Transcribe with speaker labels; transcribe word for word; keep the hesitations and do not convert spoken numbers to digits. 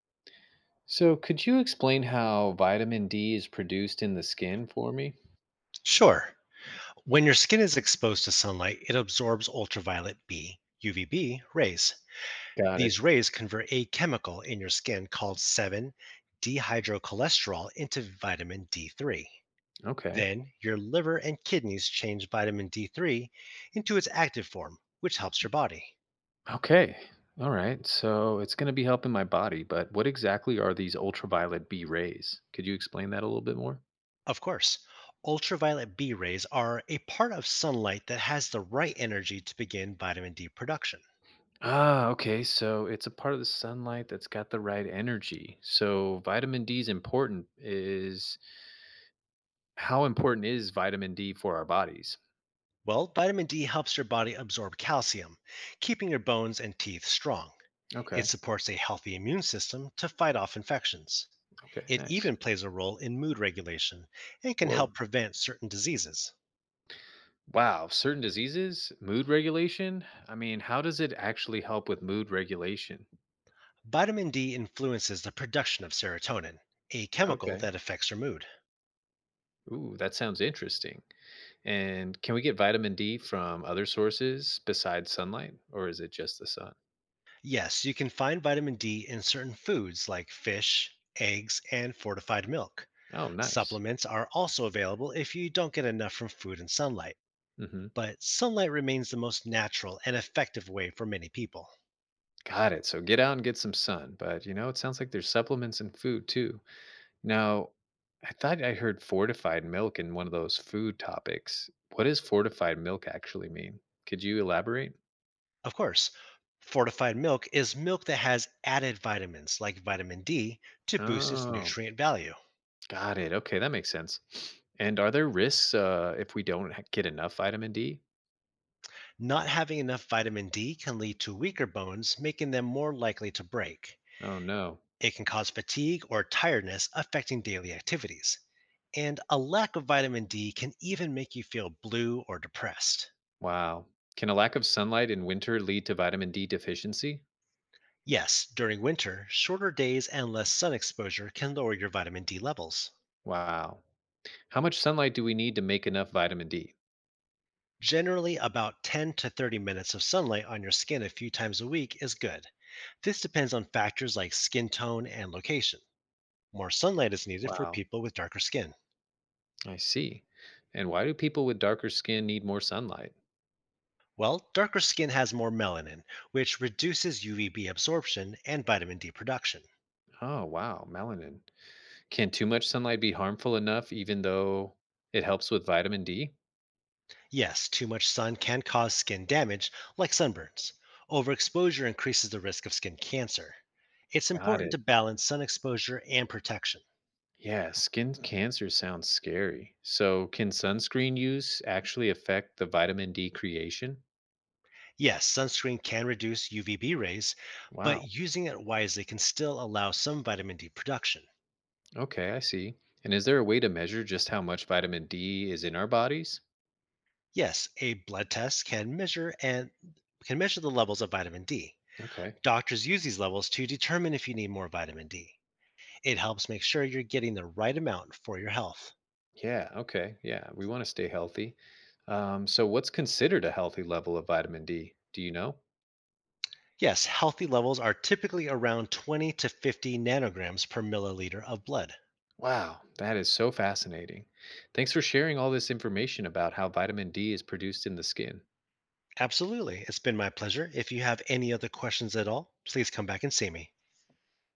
Speaker 1: So, could you explain how vitamin D is produced in the skin for me?
Speaker 2: Sure. When your skin is exposed to sunlight, it absorbs ultraviolet B, U V B rays.
Speaker 1: Got
Speaker 2: These
Speaker 1: it.
Speaker 2: rays convert a chemical in your skin called seven dehydrocholesterol into vitamin D three.
Speaker 1: Okay.
Speaker 2: Then your liver and kidneys change vitamin D three into its active form, which helps your body.
Speaker 1: Okay. All right. So, it's going to be helping my body, but what exactly are these ultraviolet B rays? Could you explain that a little bit more?
Speaker 2: Of course, ultraviolet B rays are a part of sunlight that has the right energy to begin vitamin D production.
Speaker 1: Ah, okay. So, it's a part of the sunlight that's got the right energy. So, vitamin D is important is how important is vitamin D for our bodies?
Speaker 2: Well, vitamin D helps your body absorb calcium, keeping your bones and teeth strong. It
Speaker 1: Okay.
Speaker 2: supports a healthy immune system to fight off infections.
Speaker 1: Okay.
Speaker 2: It
Speaker 1: Nice.
Speaker 2: even plays a role in mood regulation and can help
Speaker 1: Whoa.
Speaker 2: prevent certain diseases.
Speaker 1: Wow, certain diseases, mood regulation. I mean, how does it actually help with mood regulation?
Speaker 2: Vitamin D influences the production of serotonin, a chemical
Speaker 1: Okay.
Speaker 2: that affects your mood.
Speaker 1: Ooh, that sounds interesting. And can we get vitamin D from other sources besides sunlight, or is it just the sun?
Speaker 2: Yes, you can find vitamin D in certain foods like fish, eggs, and fortified milk.
Speaker 1: Oh, nice.
Speaker 2: Supplements are also available if you don't get enough from food and sunlight,
Speaker 1: Mm-hmm.
Speaker 2: but sunlight remains the most natural and effective way for many people.
Speaker 1: Got it. So get out and get some sun. But you know, it sounds like there's supplements and food too. Now, I thought I heard fortified milk in one of those food topics. What does fortified milk actually mean? Could you elaborate?
Speaker 2: Of course, fortified milk is milk that has added vitamins like vitamin D to boost its
Speaker 1: Oh,
Speaker 2: nutrient value.
Speaker 1: got it. Okay, that makes sense. And are there risks uh, if we don't ha- get enough vitamin D?
Speaker 2: Not having enough vitamin D can lead to weaker bones, making them more likely to break.
Speaker 1: Oh, no.
Speaker 2: It can cause fatigue or tiredness, affecting daily activities. And a lack of vitamin D can even make you feel blue or depressed.
Speaker 1: Wow. Can a lack of sunlight in winter lead to vitamin D deficiency?
Speaker 2: Yes, during winter, shorter days and less sun exposure can lower your vitamin D levels.
Speaker 1: Wow. How much sunlight do we need to make enough vitamin D?
Speaker 2: Generally, about ten to thirty minutes of sunlight on your skin a few times a week is good. This depends on factors like skin tone and location. More sunlight is needed for
Speaker 1: Wow.
Speaker 2: people with darker skin.
Speaker 1: I see. And why do people with darker skin need more sunlight?
Speaker 2: Well, darker skin has more melanin, which reduces U V B absorption and vitamin D production.
Speaker 1: Oh, wow. Melanin. Can too much sunlight be harmful enough even though it helps with vitamin D?
Speaker 2: Yes, too much sun can cause skin damage, like sunburns. Overexposure increases the risk of skin cancer. It's
Speaker 1: Got
Speaker 2: important
Speaker 1: it.
Speaker 2: to balance sun exposure and protection.
Speaker 1: Yeah, skin cancer sounds scary. So, can sunscreen use actually affect the vitamin D creation?
Speaker 2: Yes, sunscreen can reduce U V B rays, but
Speaker 1: Wow.
Speaker 2: using it wisely can still allow some vitamin D production.
Speaker 1: Okay, I see. And is there a way to measure just how much vitamin D is in our bodies?
Speaker 2: Yes, a blood test can measure and can measure the levels of vitamin D.
Speaker 1: Okay.
Speaker 2: Doctors use these levels to determine if you need more vitamin D. It helps make sure you're getting the right amount for your health.
Speaker 1: Yeah, okay. Yeah, we want to stay healthy. Um, so, what's considered a healthy level of vitamin D? Do you know?
Speaker 2: Yes, healthy levels are typically around twenty to fifty nanograms per milliliter of blood.
Speaker 1: Wow, that is so fascinating. Thanks for sharing all this information about how vitamin D is produced in the skin.
Speaker 2: Absolutely. It's been my pleasure. If you have any other questions at all, please come back and see me.